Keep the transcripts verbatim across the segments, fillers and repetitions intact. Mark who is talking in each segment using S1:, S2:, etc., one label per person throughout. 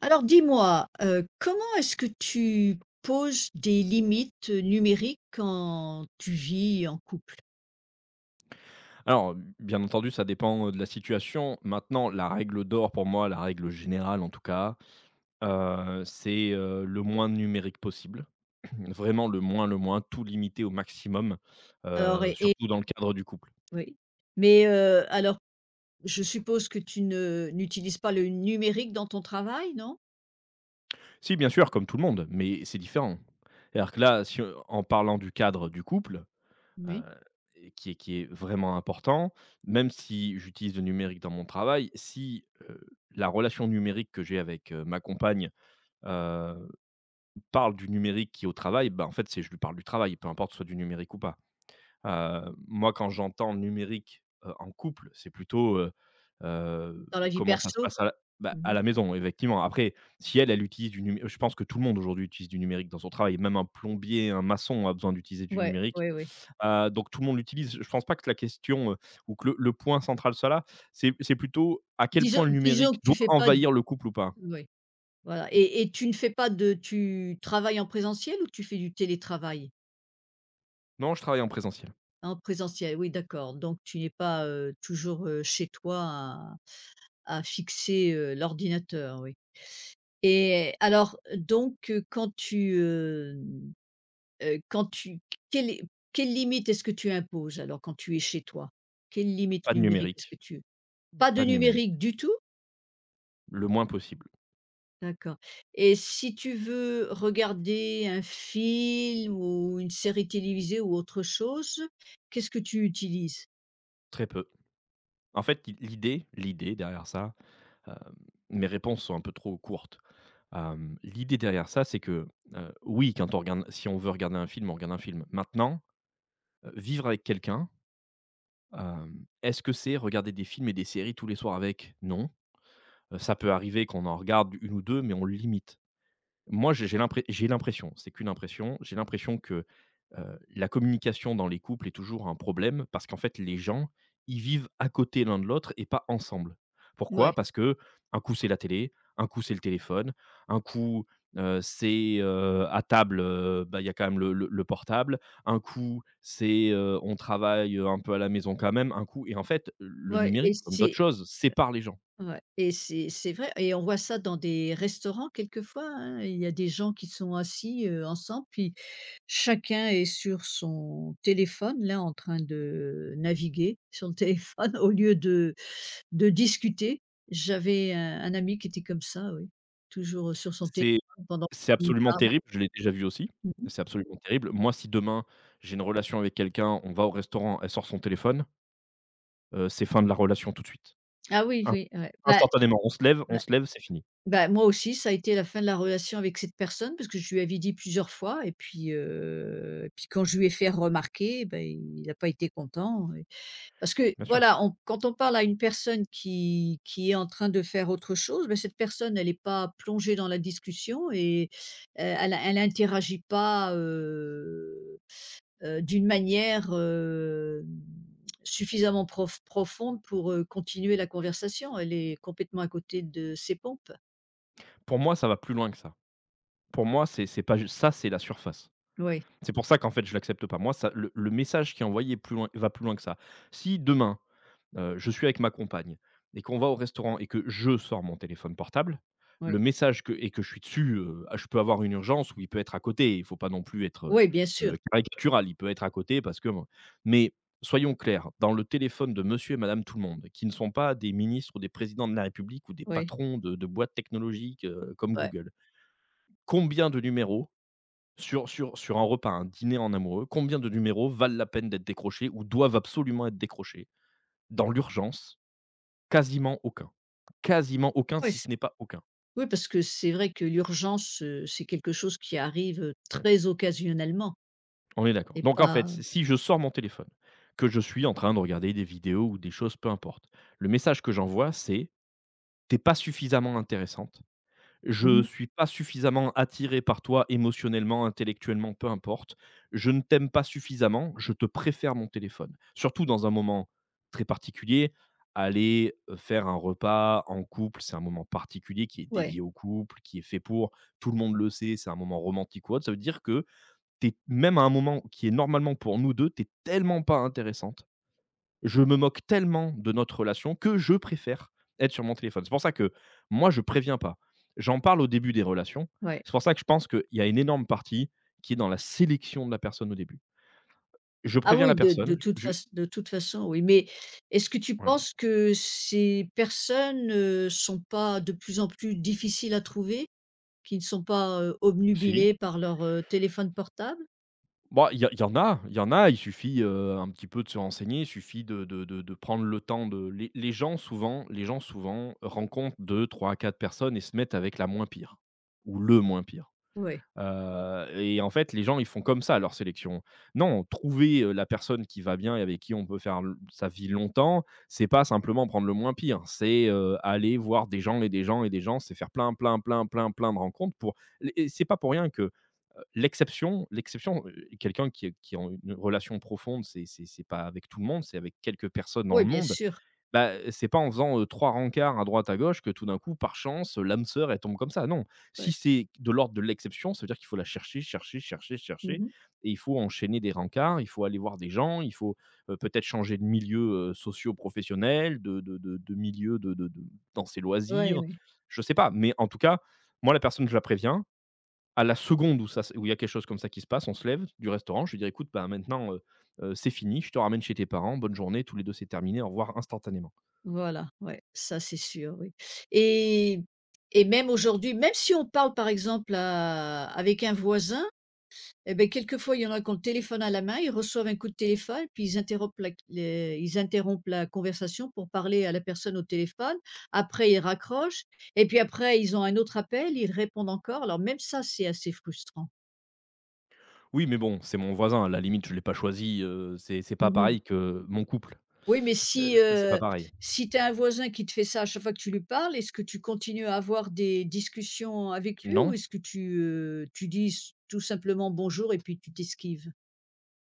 S1: Alors dis-moi, heu, comment est-ce que tu poses des limites numériques quand tu vis en couple?
S2: Alors, bien entendu, ça dépend, euh, de la situation. Maintenant, la règle d'or pour moi, la règle générale en tout cas, heu, c'est, heu, le moins de numérique possible. Vraiment le moins, le moins, tout limiter au maximum,
S1: Alors
S2: heu,
S1: et et
S2: surtout dans le cadre du couple.
S1: oui, mais, heu, alors je suppose que tu ne n'utilises pas le numérique dans ton travail, non?
S2: Si, bien sûr, comme tout le monde, mais c'est différent. C'est-à-dire que là, si, heu, en parlant du cadre du couple, heu,
S1: Oui,
S2: et qui est qui est vraiment important, même si j'utilise le numérique dans mon travail, si, heu, la relation numérique que j'ai avec, heu, ma compagne, euh, parle du numérique qui est au travail, bah, en fait, c'est je lui parle du travail, peu importe soit du numérique ou pas. Heu, moi, quand j'entends numérique, heu, en couple, c'est plutôt, heu heu,
S1: dans la vie
S2: comment ça se
S1: perso?
S2: passe à la bah,
S1: Mmh.
S2: à la maison, effectivement. Après, si elle, elle utilise du numé je pense que tout le monde aujourd'hui utilise du numérique dans son travail, même un plombier, un maçon a besoin d'utiliser du
S1: Ouais,
S2: numérique.
S1: ouais, ouais.
S2: Heu, donc tout le monde l'utilise. Je ne pense pas que la question, heu, ou que le le point central soit là. C'est c'est plutôt à quel point
S1: Disons
S2: le
S1: disons
S2: numérique
S1: que
S2: doit
S1: tu fais pas d
S2: envahir le couple ou pas.
S1: oui, voilà, et et tu ne fais pas de tu travailles en présentiel ou tu fais du télétravail?
S2: Non, je travaille en présentiel.
S1: En présentiel, oui, d'accord, donc tu n'es pas, heu, toujours, heu, chez toi à fixer, heu, l'ordinateur, oui. Et alors donc heu, quand tu, heu heu, quand tu quelle est Quelle limite est-ce que tu imposes alors quand tu es chez toi? Quelle limite
S2: Pas de
S1: numérique est-ce
S2: numérique,
S1: que tu pas de
S2: pas de numérique.
S1: numérique du tout?
S2: Le moins possible,
S1: D'accord, et si tu veux regarder un film ou une série télévisée ou autre chose, qu'est-ce que tu utilises?
S2: très peu. En fait, l'i l'idée l'idée derrière ça, heu, mes réponses sont un peu trop courtes. Hem, l'idée derrière ça, c'est que, heu, oui, quand on regarde si on veut regarder un film, on regarde un film. Maintenant, heu, vivre avec quelqu'un, hem, est-ce que c'est regarder des films et des séries tous les soirs avec? Non. Heu, ça peut arriver qu'on en regarde une ou deux, mais on le limite. Moi, j'ai j'ai l'impré j'ai l'impression, c'est qu'une impression, j'ai l'impression que, heu, la communication dans les couples est toujours un problème parce qu'en fait, les gens, ils vivent à côté l'un de l'autre et pas ensemble. Pourquoi?
S1: Ouais,
S2: Parce que un coup, c'est la télé, un coup, c'est le téléphone, un coup, heu, c'est, heu, à table, heu, bah, il y a quand même le le le portable, un coup, c'est, heu, on travaille, un peu à la maison quand même, un coup et en fait, le
S1: ouais et
S2: numérique, comme d'autres
S1: c'est
S2: choses, sépare les gens.
S1: Ouais, et c'est c'est vrai, et on voit ça dans des restaurants quelquefois, hein. Il y a des gens qui sont assis, heu, ensemble, puis chacun est sur son téléphone, là, en train de naviguer sur le téléphone au lieu de de discuter. J'avais un un ami qui était comme ça, oui, toujours sur son
S2: C'est
S1: téléphone pendant
S2: C'est
S1: qu'on
S2: absolument
S1: parle.
S2: terrible, je l'ai déjà vu aussi.
S1: Mmh.
S2: C'est absolument terrible. Moi, si demain, j'ai une relation avec quelqu'un, on va au restaurant, elle sort son téléphone, heu, c'est fin de la relation tout de suite.
S1: Ah oui,
S2: In
S1: oui, ouais, bah,
S2: instantanément, on se lève on se lève, c'est fini.
S1: bah, moi aussi, ça a été la fin de la relation avec cette personne, parce que je lui avais dit plusieurs fois, et puis, heu, puis quand je lui ai fait remarquer, ben il n'a pas été content. Et parce que
S2: Bien sûr.
S1: voilà, on quand on parle à une personne qui qui est en train de faire autre chose, ben cette personne, elle n'est pas plongée dans la discussion, et heu, elle elle interagit pas, heu heu, d'une manière heu, suffisamment prof profonde pour, heu, continuer la conversation. Elle est complètement à côté de ses pompes.
S2: Pour moi, ça va plus loin que ça. Pour moi, c'est c'est pas juste ça, c'est la surface.
S1: Oui.
S2: C'est pour ça qu'en fait je l'accepte pas. Moi, ça le le message qui est envoyé est plus loin va plus loin que ça. Si demain, heu, je suis avec ma compagne et qu'on va au restaurant et que je sors mon téléphone portable,
S1: Oui,
S2: le message que et que je suis dessus, heu, ah je peux avoir une urgence où il peut être à côté. Il faut pas non plus être,
S1: oui, bien sûr.
S2: heu caricatural. Il peut être à côté parce que bon mais soyons clairs, dans le téléphone de monsieur et madame tout le monde, qui ne sont pas des ministres ou des présidents de la République ou des
S1: Oui.
S2: patrons de de boîtes technologiques, heu, comme
S1: Ouais.
S2: Google. Combien de numéros sur sur sur un repas, un dîner en amoureux, combien de numéros valent la peine d'être décrochés ou doivent absolument être décrochés dans l'urgence? Quasiment aucun, quasiment aucun,
S1: Ouais,
S2: si
S1: c
S2: ce n'est pas aucun.
S1: Oui, parce que c'est vrai que l'urgence, heu, c'est quelque chose qui arrive, heu, très occasionnellement,
S2: On est d'accord.
S1: et
S2: Donc en fait,
S1: pas.
S2: si si je sors mon téléphone, que je suis en train de regarder des vidéos ou des choses, peu importe, le message que j'envoie, c'est: t'es pas suffisamment intéressante».
S1: Mmh
S2: Je
S1: mh.
S2: suis pas suffisamment attiré par toi émotionnellement, intellectuellement, peu importe. Je ne t'aime pas suffisamment, je te préfère mon téléphone. Surtout dans un moment très particulier, aller, heu, faire un repas en couple, c'est un moment particulier qui est
S1: Ouais,
S2: dédié au couple, qui est fait pour, tout le monde le sait, c'est un moment romantique ou autre. Ça veut dire que t'es même à un moment qui est normalement pour nous deux, t'es tellement pas intéressante je me moque tellement de notre relation que je préfère être sur mon téléphone. C'est pour ça que moi, je préviens pas. J'en parle au début des relations.
S1: ouais.
S2: C'est pour ça que je pense qu'il y a une énorme partie qui est dans la sélection de la personne au début. Je
S1: Ah
S2: préviens la
S1: oui, de de
S2: personne.
S1: toute
S2: Je
S1: façon, de toute façon, oui, mais est-ce que tu
S2: voilà.
S1: penses que ces personnes, heu, sont pas de plus en plus difficiles à trouver? Qui ne sont pas, heu,
S2: Si.
S1: obnubilées par leur, heu, téléphone portable?
S2: Bon, il y a il y en a, il y en a. Il suffit, heu, un petit peu de se renseigner. Il suffit de de de de prendre le temps de les les gens souvent les gens souvent rencontrent deux, trois, quatre personnes et se mettent avec la moins pire ou le moins pire.
S1: Oui.
S2: Heu et en fait, les gens, ils font comme ça leur sélection. Non, trouver, heu, la personne qui va bien et avec qui on peut faire l sa vie longtemps, c'est pas simplement prendre le moins pire. C'est, heu, aller voir des gens et des gens et des gens, c'est faire plein, plein, plein, plein, plein de rencontres pour et c'est pas pour rien que, heu, l'exception l'exception, heu, quelqu'un qui est qui a une relation profonde, c'est c'est c'est pas avec tout le monde, c'est avec quelques personnes dans le
S1: Oui, bien
S2: monde
S1: sûr.
S2: bah, c'est pas en faisant, heu, trois rencarts à droite à gauche que tout d'un coup, par chance, heu, l'âme sœur, elle tombe comme ça, non. Si
S1: Oui.
S2: c'est de l'ordre de l'exception, ça veut dire qu'il faut la chercher, chercher, chercher, chercher et il faut enchaîner des rencarts, il faut aller voir des gens, il faut, heu, peut-être changer de milieu, heu, socio-professionnel, de de de de milieu de de de dans ses loisirs, je sais pas. Mais en tout cas, moi, la personne, je la préviens, à la seconde où ça se où il y a quelque chose comme ça qui se passe, on se lève du restaurant, je lui dis: «Écoute, bah, maintenant, heu heu, c'est fini, je te ramène chez tes parents, bonne journée, tous les deux c'est terminé, au revoir», instantanément.
S1: Voilà, ouais, ça c'est sûr, oui. Et et même aujourd'hui, même si on parle, par exemple, à avec un voisin, et ben quelquefois il y en a qui ont le téléphone à la main, ils reçoivent un coup de téléphone, puis ils interrompent la les ils interrompent la conversation pour parler à la personne au téléphone. Après ils raccrochent, et puis après ils ont un autre appel, ils répondent encore. Alors même ça, c'est assez frustrant.
S2: Oui, mais bon, c'est mon voisin, à la limite, je l'ai pas choisi, heu, c'est c'est pas
S1: Mmh.
S2: pareil que mon couple.
S1: Oui, mais si,
S2: Heu, c'est pas
S1: heu,
S2: pareil.
S1: si tu as un voisin qui te fait ça à chaque fois que tu lui parles, est-ce que tu continues à avoir des discussions avec lui, ou
S2: Non.
S1: est-ce que tu, heu, tu dis s tout simplement «bonjour» et puis tu t'esquives?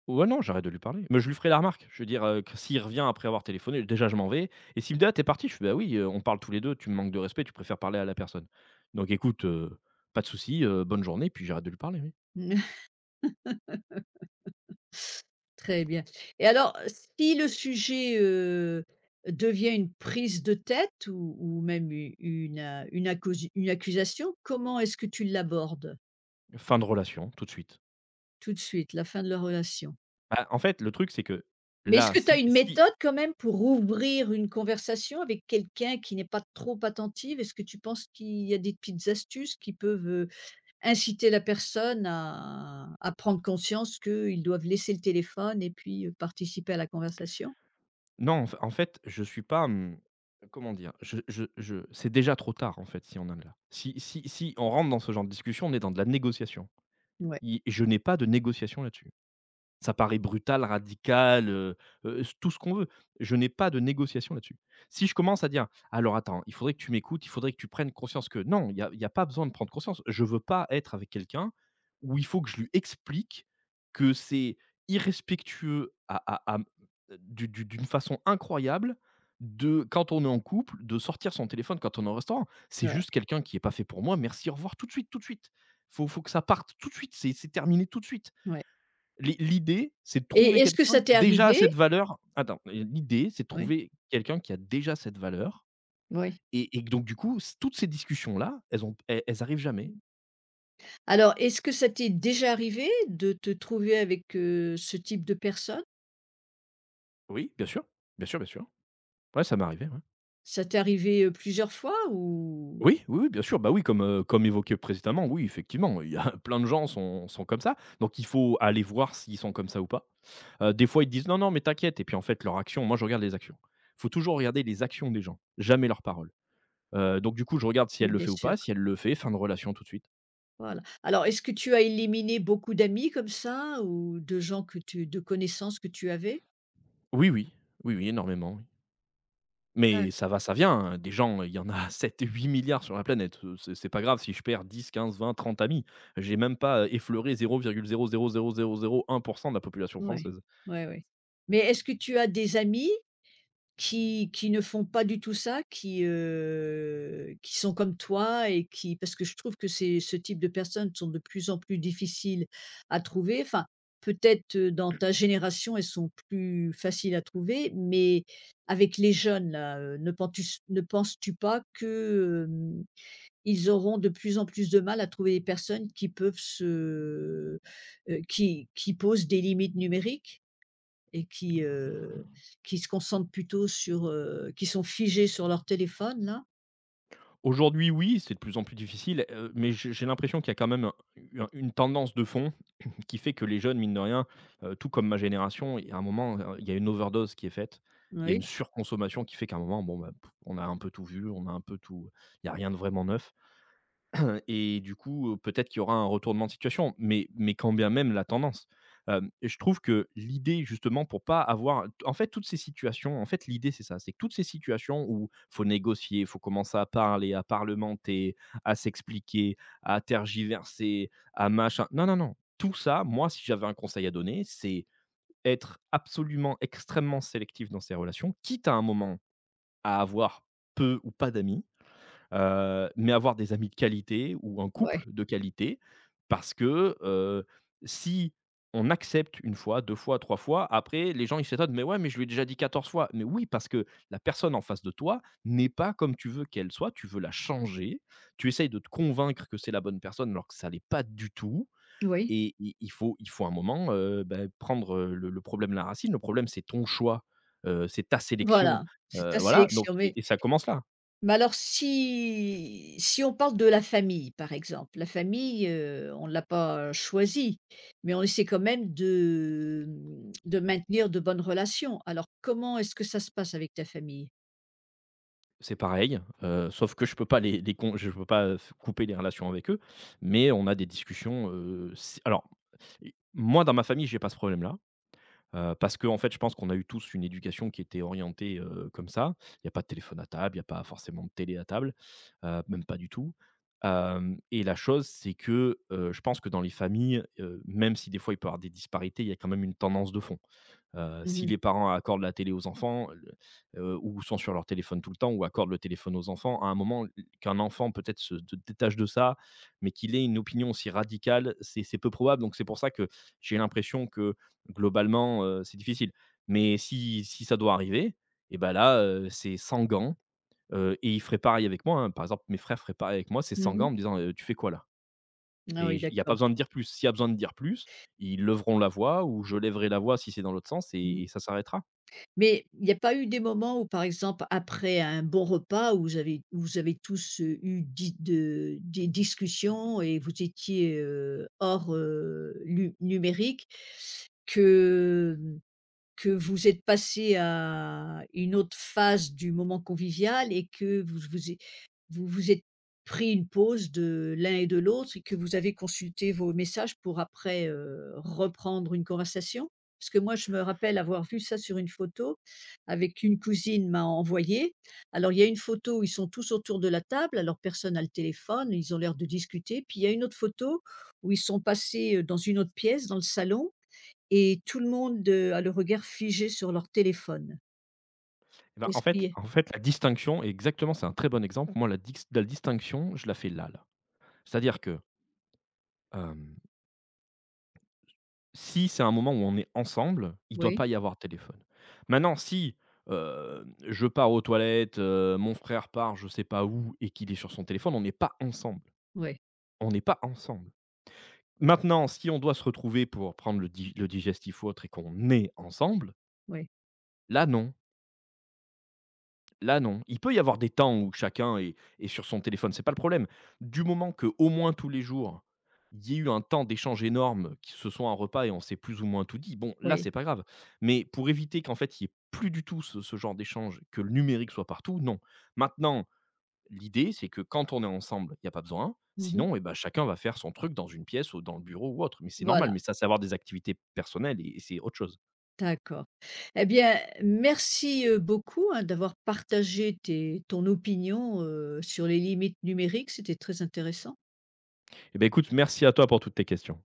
S2: Ouais, non, j'arrête de lui parler. Mais je lui ferai la remarque. Je veux dire, heu, que s'il revient après avoir téléphoné, déjà je m'en vais et s'il me dit: «Ah, tu parti?» je fais: «Bah oui, heu, on parle tous les deux. Tu me manques de respect, tu préfères parler à la personne. Donc écoute, heu, pas de souci, heu, bonne journée» puis j'arrête de lui parler, oui.
S1: Très bien. Et alors, si le sujet, heu, devient une prise de tête, ou ou même u une, heu, une accusi une accusation, comment est-ce que tu l'abordes?
S2: Fin de relation, tout de suite.
S1: Tout de suite, la fin de la relation.
S2: Bah, en fait, le truc, c'est que
S1: Mais est-ce
S2: là,
S1: que tu as
S2: si
S1: une
S2: si
S1: méthode quand même pour ouvrir une conversation avec quelqu'un qui n'est pas trop attentive? Est-ce que tu penses qu'il y a des petites astuces qui peuvent, heu, inciter la personne à à prendre conscience qu'ils doivent laisser le téléphone et puis, heu, participer à la conversation?
S2: Non, en f en fait, je suis pas, mmh, comment dire? Je je je c'est déjà trop tard, en fait, si on en est là. Si si si on rentre dans ce genre de discussion, on est dans de la négociation.
S1: Ouais,
S2: I je n'ai pas de négociation là-dessus. Ça paraît brutal, radical, heu heu, s tout ce qu'on veut. Je n'ai pas de négociation là-dessus. Si je commence à dire: «Alors attends, il faudrait que tu m'écoutes, il faudrait que tu prennes conscience que» non, il y a il y a pas besoin de prendre conscience. Je veux pas être avec quelqu'un où il faut que je lui explique que c'est irrespectueux à à à, mmh, d'u d'u d'une façon incroyable de quand on est en couple, de sortir son téléphone quand on est au restaurant. C'est juste
S1: ouais,
S2: quelqu'un qui n'est pas fait pour moi, merci, au revoir, tout de suite, tout de suite. Faut faut que ça parte tout de suite, c'est c'est terminé tout de suite.
S1: ouais.
S2: L'i l'idée, c'est de trouver
S1: Et est-ce que
S2: quelqu'un
S1: ça
S2: qui
S1: t'est
S2: déjà a
S1: arrivé?
S2: cette valeur attends, l'idée, c'est de
S1: Oui,
S2: trouver quelqu'un qui a déjà cette valeur
S1: oui.
S2: et et donc du coup, c toutes ces discussions-là, elles ont elles elles arrivent jamais.
S1: Alors, est-ce que ça t'est déjà arrivé de te trouver avec, heu, ce type de personne?
S2: Oui, bien sûr, bien sûr, bien sûr. Ouais, ça m'est arrivé, ouais.
S1: Ça t'est arrivé, heu, plusieurs fois, ou
S2: Oui, oui, oui, bien sûr, bah, oui, comme, heu, comme évoqué précédemment, oui, effectivement, il y a plein de gens sont sont comme ça, donc il faut aller voir s'ils sont comme ça ou pas. Heu, des fois, ils disent: «Non, non, mais t'inquiète» et puis en fait, leurs actions moi, je regarde les actions. Faut toujours regarder les actions des gens, jamais leurs paroles. Heu, donc du coup, je regarde si
S1: oui,
S2: elle le
S1: bien
S2: fait ou
S1: sûr.
S2: pas, si elle le fait, fin de relation tout de suite.
S1: Voilà. Alors, est-ce que tu as éliminé beaucoup d'amis comme ça, ou de gens que tu de connaissances que tu avais?
S2: Oui, oui. Oui, oui, énormément, oui.
S1: Ouais.
S2: Mais ça va, ça vient, hein. Des gens, il y en a sept, huit milliards sur la planète, heu, c'est c'est pas grave si je perds dix, quinze, vingt, trente amis. J'ai même pas, heu, effleuré zéro virgule zéro zéro zéro zéro zéro zéro un de la population
S1: Ouais,
S2: française.
S1: ouais, ouais. Mais est-ce que tu as des amis qui qui ne font pas du tout ça, qui, heu, qui sont comme toi, et qui parce que je trouve que ces ce type de personnes sont de plus en plus difficiles à trouver. Enfin, peut-être, heu, dans ta génération, elles sont plus faciles à trouver, mais avec les jeunes là, heu, ne penses-tu ne penses-tu pas que ils auront de plus en plus de mal à trouver des personnes qui peuvent se heu, qui qui posent des limites numériques, et qui, heu, qui se concentrent plutôt sur, heu, qui sont figés sur leur téléphone là.
S2: Aujourd'hui, oui, c'est de plus en plus difficile, heu, mais j'ai j'ai l'impression qu'il y a quand même un une tendance de fond qui fait que les jeunes, mine de rien, heu, tout comme ma génération, il y a un moment, heu, il y a une overdose qui est faite. Il y a une
S1: Oui,
S2: surconsommation qui fait qu'à un moment, bon, bah, pff, on a un peu tout vu, on a un peu tout il y a rien de vraiment neuf. Et du coup, heu, peut-être qu'il y aura un retournement de situation, mais mais quand bien même la tendance. Euh, Et je trouve que l'idée justement pour pas avoir en fait toutes ces situations, en fait l'idée c'est ça, c'est que toutes ces situations où faut négocier, faut commencer à parler, à parlementer, à s'expliquer, à tergiverser, à machin non, non, non, tout ça, moi si j'avais un conseil à donner, c'est être absolument extrêmement sélectif dans ses relations, quitte à un moment à avoir peu ou pas d'amis. Heu, mais avoir des amis de qualité ou un couple
S1: ouais,
S2: de qualité, parce que, heu, si on accepte une fois, deux fois, trois fois, après les gens ils s'étonnent: «Mais ouais, mais je lui ai déjà dit quatorze fois». Mais oui, parce que la personne en face de toi n'est pas comme tu veux qu'elle soit, tu veux la changer, tu essayes de te convaincre que c'est la bonne personne alors que ça l'est pas du tout,
S1: oui,
S2: et i il faut il faut un moment, heu, bah, prendre, heu, le le problème à la racine. Le problème, c'est ton choix, heu, c'est ta sélection,
S1: voilà, c'est
S2: heu,
S1: ta
S2: voilà, donc
S1: sélection.
S2: et
S1: mais
S2: et ça commence là.
S1: mais alors, si si on parle de la famille, par exemple, la famille, heu, on ne l'a pas choisie, mais on essaie quand même de, mmh, de maintenir de bonnes relations. Alors, comment est-ce que ça se passe avec ta famille?
S2: C'est pareil, heu, sauf que je peux pas les les con je peux pas, heu, f couper les relations avec eux, mais on a des discussions, heu, c'est alors, i moi, dans ma famille, j'ai pas ce problème-là, heu, parce qu'en fait, je pense qu'on a eu tous une éducation qui était orientée, heu, comme ça. Il y a pas de téléphone à table, il y a pas forcément de télé à table, heu, même pas du tout, hem et la chose, c'est que, heu, je pense que dans les familles, heu, même si des fois il peut y avoir des disparités, il y a quand même une tendance de fond. Heu,
S1: Mmh
S2: si
S1: mh.
S2: les parents accordent la télé aux enfants, le euh, ou sont sur leur téléphone tout le temps, ou accordent le téléphone aux enfants, à un moment, qu'un enfant peut-être se d détache de ça, mais qu'il ait une opinion aussi radicale, c'est c'est peu probable. Donc c'est pour ça que j'ai l'impression que globalement, heu, c'est difficile. Mais si si ça doit arriver, et ben là, heu, c'est sans gants, heu, et ils feraient pareil avec moi, hein. Par exemple, mes frères feraient pareil avec moi, c'est sans gants en
S1: Mmh.
S2: me disant: «Heu, tu fais quoi là ?».
S1: Ah
S2: Et
S1: oui,
S2: j Il n'y a pas
S1: d'accord.
S2: besoin de dire plus. S'il y a besoin de dire plus, ils leveront la voix, ou je lèverai la voix si c'est dans l'autre sens, et
S1: Mmh.
S2: et ça s'arrêtera.
S1: Mais il n'y a pas eu des moments où, par exemple, après un bon repas, où vous avez où vous avez tous, heu, eu di de des discussions, et vous étiez, heu, hors, heu, lu numérique, que mmh, que vous êtes passé à une autre phase du moment convivial, et que vous vous ê vous vous êtes pris une pause de l'un et de l'autre, et que vous avez consulté vos messages pour après, heu, reprendre une conversation? Parce que moi, je me rappelle avoir vu ça sur une photo avec une cousine m'a envoyé. Alors, il y a une photo où ils sont tous autour de la table, alors personne a le téléphone, ils ont l'air de discuter. Puis il y a une autre photo où ils sont passés, heu, dans une autre pièce, dans le salon, et tout le monde, heu, a le regard figé sur leur téléphone.
S2: Et ben, en
S1: Est-ce qu'il y
S2: fait
S1: a
S2: en fait, la distinction et exactement, c'est un très bon exemple. Moi, la dix la distinction, je la fais là, là. C'est-à-dire que, hem, si c'est un moment où on est ensemble, il ne doit pas
S1: oui,
S2: y avoir de téléphone. Maintenant si, heu, je pars aux toilettes, heu, mon frère part je ne sais pas où et qu'il est sur son téléphone, on n'est pas ensemble.
S1: oui,
S2: On n'est pas ensemble. Maintenant si on doit se retrouver pour prendre le di le digestif ou autre, et qu'on est ensemble,
S1: oui,
S2: là non, là non. Il peut y avoir des temps où chacun est est sur son téléphone, c'est pas le problème. Du moment que au moins tous les jours, il y ait eu un temps d'échange énorme, qui se soit un repas et on s'est plus ou moins tout dit, bon là,
S1: oui.
S2: c'est pas grave. Mais pour éviter qu'en fait, il y ait plus du tout ce ce genre d'échange, que le numérique soit partout, non. Maintenant, l'idée, c'est que quand on est ensemble, il y a pas besoin.
S1: Mmh.
S2: Sinon, et ben chacun va faire son truc dans une pièce ou dans le bureau ou autre. Mais c'est normal,
S1: Voilà,
S2: mais ça, c'est avoir des activités personnelles, et et c'est autre chose.
S1: d'accord. Eh bien, merci, heu, beaucoup, hein, d'avoir partagé tes ton opinion, heu, sur les limites numériques, c'était très intéressant.
S2: Eh ben écoute, merci à toi pour toutes tes questions.